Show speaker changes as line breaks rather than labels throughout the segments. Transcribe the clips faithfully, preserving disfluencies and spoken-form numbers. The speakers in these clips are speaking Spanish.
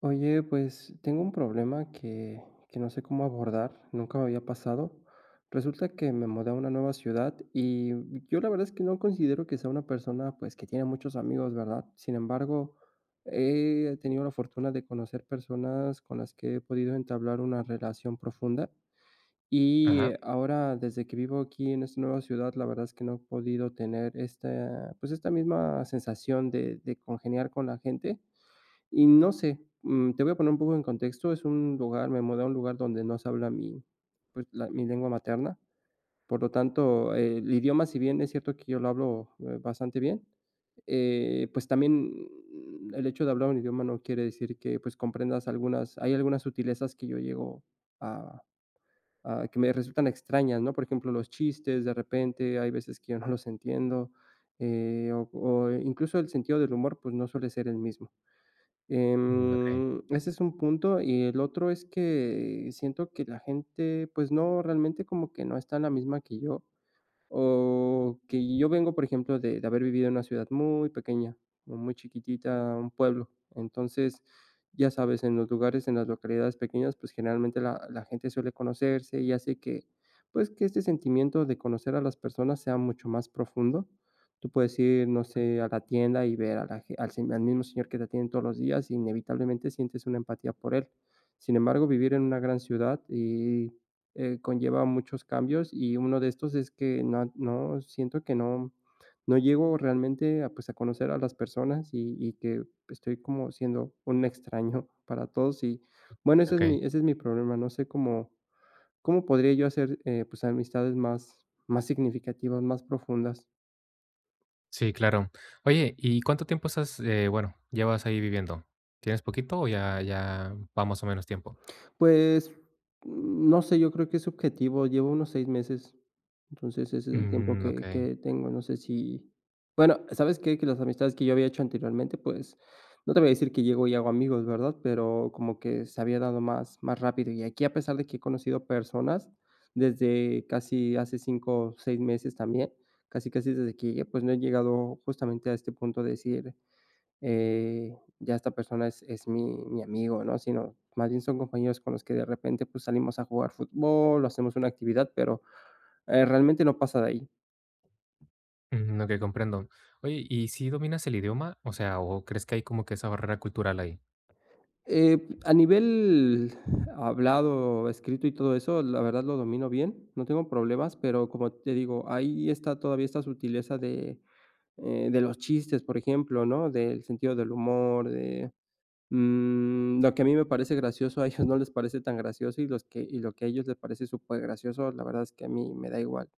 Oye, pues tengo un problema que, que no sé cómo abordar, nunca me había pasado. Resulta que me mudé a una nueva ciudad y yo la verdad es que no considero que sea una persona pues que tiene muchos amigos, ¿verdad? Sin embargo, he tenido la fortuna de conocer personas con las que he podido entablar una relación profunda y
Ajá,
ahora desde que vivo aquí en esta nueva ciudad, la verdad es que no he podido tener esta pues esta misma sensación de de congeniar con la gente y no sé, mm, te voy a poner un poco en contexto, es un lugar me mudé a un lugar donde no se habla mi, pues, la mi lengua materna. Por lo tanto, eh, el idioma, si bien es cierto que yo lo hablo, eh, bastante bien, eh, pues, también mm, el hecho de hablar un idioma no quiere decir que, pues, comprendas algunas hay algunas sutilezas que yo llego a a que me resultan extrañas, ¿no? Por ejemplo, los chistes, de repente, hay veces que yo no los entiendo, eh, o o incluso el sentido del humor, pues, no suele ser el mismo.
mm, okey,
Em, ese es un punto, y el otro es que siento que la gente, pues no, realmente como que no está en la misma que yo. O que yo vengo, por ejemplo, de de haber vivido en una ciudad muy pequeña, o muy chiquitita, un pueblo. Entonces, ya sabes, en los lugares, en las localidades pequeñas, pues generalmente la la gente suele conocerse y hace que, pues, que este sentimiento de conocer a las personas sea mucho más profundo. Tú puedes ir, no sé, a la tienda y ver a la ge al se al mismo señor que te atiende todos los días, y inevitablemente sientes una empatía por él. Sin embargo, vivir en una gran ciudad y eh, conlleva muchos cambios, y uno de estos es que no no siento que no no llego realmente a, pues, a conocer a las personas y y que estoy como siendo un extraño para todos y, bueno, ese es
okey.
mi ese es mi problema, no sé cómo cómo podría yo hacer, eh, pues, amistades más más significativas, más profundas.
Sí, claro. Oye, ¿y cuánto tiempo estás, eh, bueno, llevas ahí viviendo? ¿Tienes poquito o ya ya va más o menos tiempo?
Pues, no sé, yo creo que es subjetivo, llevo unos seis meses, entonces ese es el tiempo
Mm,
que
okey,
que tengo, no sé si bueno, ¿sabes qué? Que las amistades que yo había hecho anteriormente, pues, no te voy a decir que llego y hago amigos, ¿verdad? Pero como que se había dado más más rápido, y aquí, a pesar de que he conocido personas desde casi hace cinco, seis meses también, casi, casi desde que llegué, pues, no he llegado justamente a este punto de decir: eh, ya esta persona es, es mi, mi amigo, ¿no? Sino más bien son compañeros con los que de repente pues salimos a jugar fútbol o hacemos una actividad, pero eh, realmente no pasa de ahí.
mm, okey, comprendo. Oye, ¿y si dominas el idioma? O sea, ¿o crees que hay como que esa barrera cultural ahí?
Eh, a nivel hablado, escrito y todo eso, la verdad lo domino bien, no tengo problemas, pero como te digo, ahí está todavía esta sutileza de, eh, de los chistes, por ejemplo, ¿no? Del sentido del humor, de Mm, lo que a mí me parece gracioso, a ellos no les parece tan gracioso y los que y lo que a ellos les parece súper gracioso la verdad es que a mí me da igual.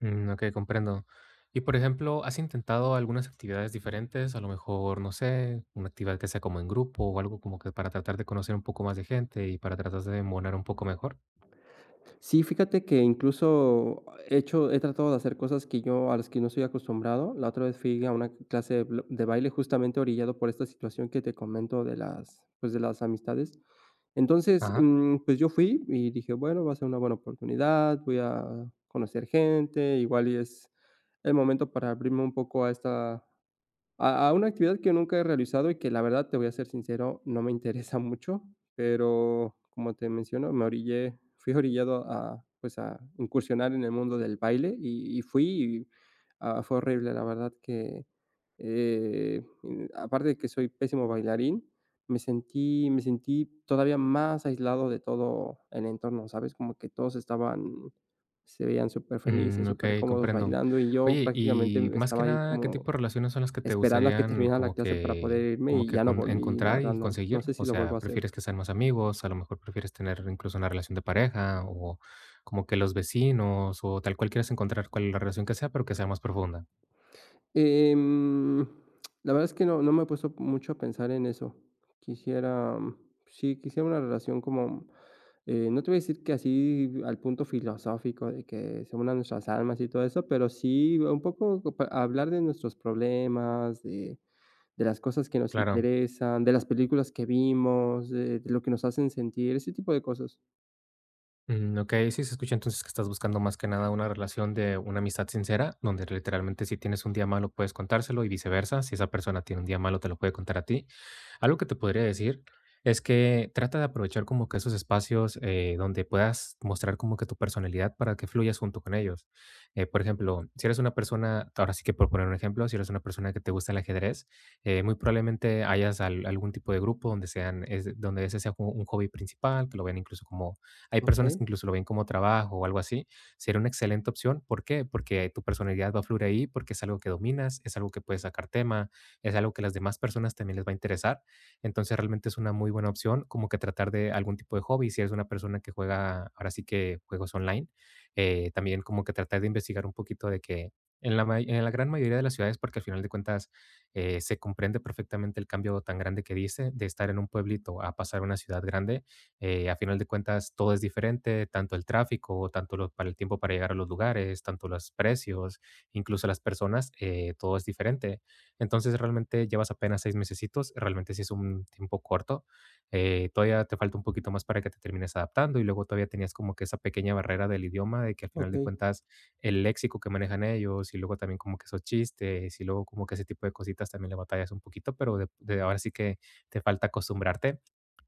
Mm, okey, comprendo. Y, por ejemplo, ¿has intentado algunas actividades diferentes? A lo mejor, no sé, una actividad que sea como en grupo o algo como que para tratar de conocer un poco más de gente y para tratar de embonar un poco mejor.
Sí, fíjate que incluso he hecho he tratado de hacer cosas que yo a las que no soy acostumbrado. La otra vez fui a una clase de bl de baile justamente orillado por esta situación que te comento de las, pues, de las amistades. Entonces,
Ajá.
mm, pues, yo fui y dije: "Bueno, va a ser una buena oportunidad, voy a conocer gente, igual y es el momento para abrirme un poco a esta A a una actividad que nunca he realizado y que la verdad, te voy a ser sincero, no me interesa mucho, pero como te menciono, me orillé fui orillado a, pues, a incursionar en el mundo del baile y y fui y, ah, fue horrible, la verdad que, eh, mm, aparte de que soy pésimo bailarín, me sentí me sentí todavía más aislado de todo el entorno, ¿sabes? Como que todos estaban se veían súper felices
Mm,
superfelices,
okey,
cómodos
comprendo.
bailando, y yo
Oye,
prácticamente
y más que
estaba ahí
nada, ¿qué tipo
como
de relaciones son las que te
esperando a que
gustarían
terminara la
como
clase para
que
poder irme
como
y
que
ya no
con
volví, la
encontrar
verdad
y
no, no
conseguir?
sé si
O
lo
sea,
vuelvo a hacer.
¿prefieres que sean más amigos? A lo mejor prefieres tener incluso una relación de pareja, o como que los vecinos, o tal cual quieres encontrar cuál es la relación que sea, pero que sea más profunda.
Em, la verdad es que no, no me he puesto mucho a pensar en eso. Quisiera, sí, quisiera una relación como, eh, no te voy a decir que así al punto filosófico de que se unan nuestras almas y todo eso, pero sí un poco co- pa- hablar de nuestros problemas, de, de las cosas que nos
Claro.
interesan, de las películas que vimos, de, de lo que nos hacen sentir, ese tipo de cosas.
Mm, okey, sí se escucha entonces que estás buscando más que nada una relación de una amistad sincera, donde literalmente si tienes un día malo puedes contárselo y viceversa, si esa persona tiene un día malo te lo puede contar a ti. Algo que te podría decir es que trata de aprovechar como que esos espacios, eh, donde puedas mostrar como que tu personalidad para que fluyas junto con ellos. Eh, por ejemplo, si eres una persona, ahora sí que por poner un ejemplo, si eres una persona que te gusta el ajedrez, eh, muy probablemente hayas al algún tipo de grupo donde sean es donde ese sea como un hobby principal, que lo vean incluso como hay
Ok,
personas que incluso lo ven como trabajo o algo así. Sería una excelente opción. ¿Por qué? Porque tu personalidad va a fluir ahí, porque es algo que dominas, es algo que puedes sacar tema, es algo que las demás personas también les va a interesar. Entonces realmente es una muy buena opción como que tratar de algún tipo de hobby. Si eres una persona que juega, ahora sí que juegos online, eh, también como que tratar de investigar un poquito de que en la, may- en la gran mayoría de las ciudades, porque al final de cuentas eh, se comprende perfectamente el cambio tan grande que dice de estar en un pueblito a pasar a una ciudad grande. Eh, a final de cuentas, todo es diferente, tanto el tráfico, tanto lo- para el tiempo para llegar a los lugares, tanto los precios, incluso las personas. Eh, todo es diferente. Entonces, realmente llevas apenas seis mesecitos, realmente sí es un tiempo corto. Eh, todavía te falta un poquito más para que te termines adaptando y luego todavía tenías como que esa pequeña barrera del idioma de que al final
ok,
de cuentas el léxico que manejan ellos y luego también como que esos chistes y luego como que ese tipo de cositas también le batallas un poquito, pero de, de ahora sí que te falta acostumbrarte.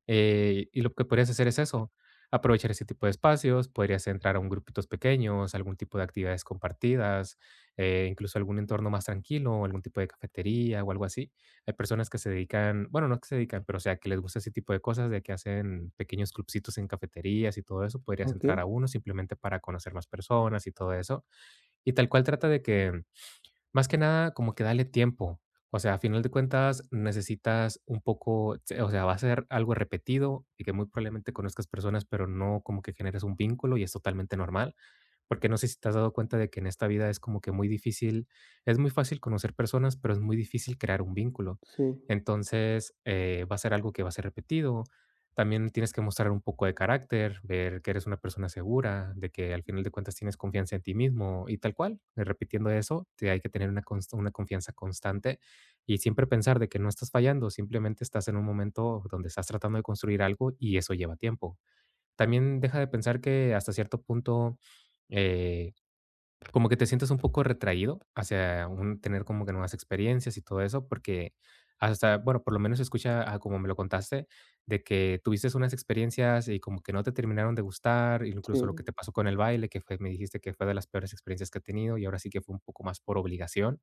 Eh, y lo que podrías hacer es eso, aprovechar ese tipo de espacios, podrías entrar a un grupitos pequeños, algún tipo de actividades compartidas, eh, incluso algún entorno más tranquilo, algún tipo de cafetería o algo así. Hay personas que se dedican, bueno, no que se dedican, pero o sea, que les gusta ese tipo de cosas, de que hacen pequeños clubcitos en cafeterías y todo eso, podrías
ok.
entrar a uno simplemente para conocer más personas y todo eso. Y tal cual trata de que más que nada, como que dale tiempo. O sea, a final de cuentas, necesitas un poco, se- o sea, va a ser algo repetido y que muy probablemente conozcas personas, pero no como que generes un vínculo y es totalmente normal. Porque no sé si te has dado cuenta de que en esta vida es como que muy difícil, es muy fácil conocer personas, pero es muy difícil crear un vínculo.
Sí,
Entonces, eh, va a ser algo que va a ser repetido. También tienes que mostrar un poco de carácter, ver que eres una persona segura, de que al final de cuentas tienes confianza en ti mismo y tal cual. eh, Repitiendo eso, te hay que tener una, const- una confianza constante y siempre pensar de que no estás fallando, simplemente estás en un momento donde estás tratando de construir algo y eso lleva tiempo. También deja de pensar que hasta cierto punto, eh, como que te sientes un poco retraído hacia un, tener como que nuevas experiencias y todo eso, porque hasta, bueno, por lo menos se escucha a como me lo contaste, de que tuviste unas experiencias y como que no te terminaron de gustar,
sí,
incluso lo que te pasó con el baile, que fue, me dijiste que fue de las peores experiencias que he tenido y ahora sí que fue un poco más por obligación.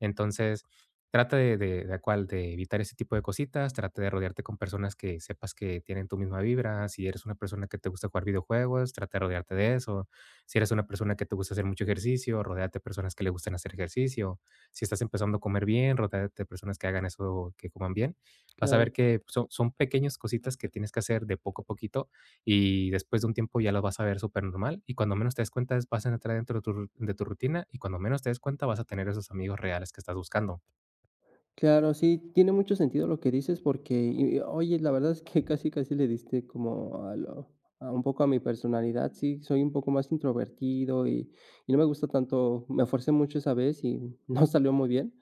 Entonces, trata de, de, de cual, de evitar ese tipo de cositas, trata de rodearte con personas que sepas que tienen tu misma vibra, si eres una persona que te gusta jugar videojuegos, trata de rodearte de eso. Si eres una persona que te gusta hacer mucho ejercicio, rodéate de personas que le gustan hacer ejercicio. Si estás empezando a comer bien, rodéate de personas que hagan eso, que coman bien. Vas a
claro.
ver que son, son pequeñas cositas que tienes que hacer de poco a poquito y después de un tiempo ya lo vas a ver súper normal y cuando menos te des cuenta es- vas a entrar dentro de tu, ru- de tu rutina y cuando menos te des cuenta vas a tener esos amigos reales que estás buscando.
Claro, sí, tiene mucho sentido lo que dices porque, y oye, la verdad es que casi, casi le diste como a lo a un poco a mi personalidad. Sí, soy un poco más introvertido y y no me gusta tanto me esforcé mucho esa vez y no salió muy bien,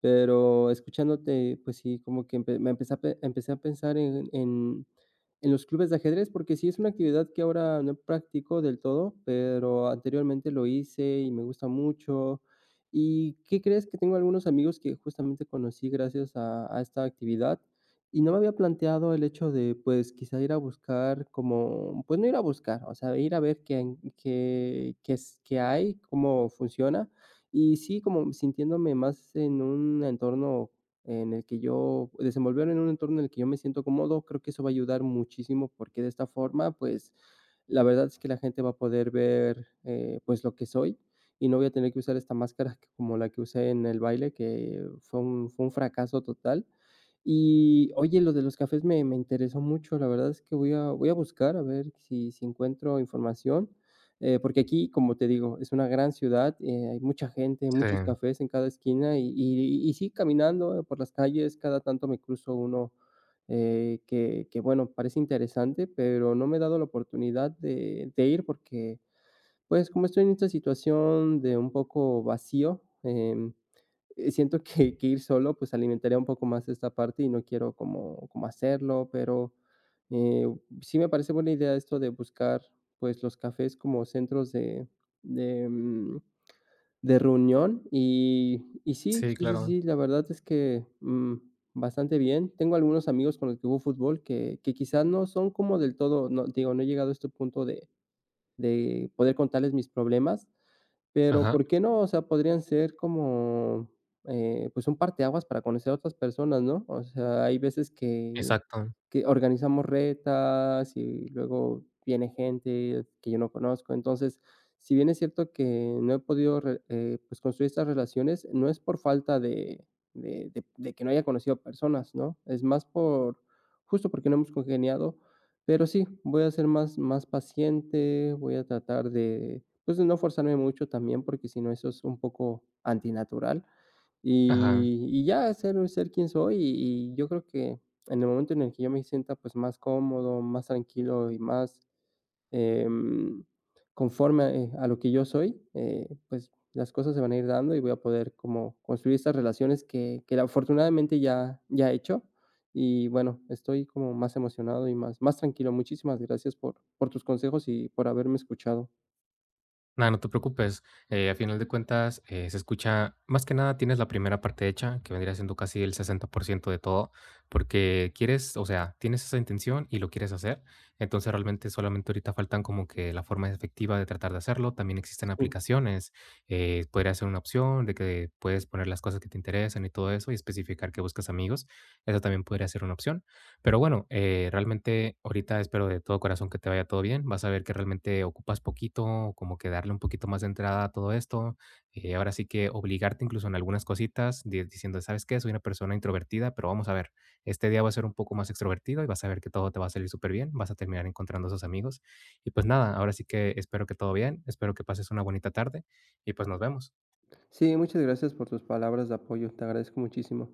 pero escuchándote, pues sí, como que empe me empecé a pe empecé a pensar en en en los clubes de ajedrez, porque sí es una actividad que ahora no practico del todo, pero anteriormente lo hice y me gusta mucho. ¿Y qué crees? Que tengo algunos amigos que justamente conocí gracias a a esta actividad, y no me había planteado el hecho de, pues, quizá ir a buscar como, pues, no ir a buscar, o sea, ir a ver qué en qué qué es qué hay, cómo funciona. Y sí, como sintiéndome más en un entorno en el que yo desenvolverme en un entorno en el que yo me siento cómodo, creo que eso va a ayudar muchísimo, porque de esta forma, pues, la verdad es que la gente va a poder ver, eh, pues, lo que soy, y no voy a tener que usar esta máscara que como la que usé en el baile, que fue un fue un fracaso total. Y, oye, lo de los cafés me me interesó mucho, la verdad es que voy a voy a buscar a ver si si encuentro información, eh, porque aquí, como te digo, es una gran ciudad, eh, hay mucha gente,
Sí,
muchos cafés en cada esquina y y y sí, caminando por las calles, cada tanto me cruzo uno, eh, que que, bueno, parece interesante, pero no me he dado la oportunidad de de ir porque pues, como estoy en esta situación de un poco vacío, em, eh, siento que que ir solo, pues, alimentaría un poco más esta parte y no quiero como como hacerlo, pero, eh, sí me parece buena idea esto de buscar, pues, los cafés como centros de de, mm, de reunión y y sí,
sí,
sí, sí,
claro.
sí, la verdad es que, mm, bastante bien. Tengo algunos amigos con los que juego fútbol que que quizás no son como del todo, no, digo, no he llegado a este punto de de poder contarles mis problemas, pero,
Ajá,
¿por qué no? O sea, podrían ser como, eh, pues, un parteaguas para conocer a otras personas, ¿no? O sea, hay veces que
exacto.
que organizamos retas y luego viene gente que yo no conozco. Entonces, si bien es cierto que no he podido re eh, pues, construir estas relaciones, no es por falta de de de de que no haya conocido personas, ¿no? Es más por justo porque no hemos congeniado pero sí, voy a ser más, más paciente, voy a tratar de, pues, de no forzarme mucho también, porque si no, eso es un poco antinatural.
Ajá.
Y, y ya ser, ser quien soy y, y yo creo que en el momento en el que yo me sienta pues más cómodo, más tranquilo y más em, conforme a, eh, a lo que yo soy, eh, pues las cosas se van a ir dando y voy a poder como construir estas relaciones que, que afortunadamente ya, ya he hecho. Y bueno, estoy como más emocionado y más, más tranquilo. Muchísimas gracias por, por tus consejos y por haberme escuchado.
Nada, no te preocupes. Eh, a final de cuentas, eh, se escucha, más que nada tienes la primera parte hecha, que vendría siendo casi el sesenta por ciento de todo, porque quieres, o sea, tienes esa intención y lo quieres hacer. Entonces realmente solamente ahorita faltan como que la forma efectiva de tratar de hacerlo. También existen
Sí.
aplicaciones. Eh, podría ser una opción de que puedes poner las cosas que te interesan y todo eso y especificar que buscas amigos. Eso también podría ser una opción. Pero bueno, eh, realmente ahorita espero de todo corazón que te vaya todo bien. Vas a ver que realmente ocupas poquito, como que darle un poquito más de entrada a todo esto. Eh, ahora sí que obligarte incluso en algunas cositas, di- diciendo, ¿sabes qué? Soy una persona introvertida, pero vamos a ver, este día va a ser un poco más extrovertido y vas a ver que todo te va a salir súper bien. Vas a terminar encontrando esos amigos. Y pues nada, ahora sí que espero que todo bien, espero que pases una bonita tarde y pues nos vemos.
Sí, muchas gracias por tus palabras de apoyo. Te agradezco muchísimo.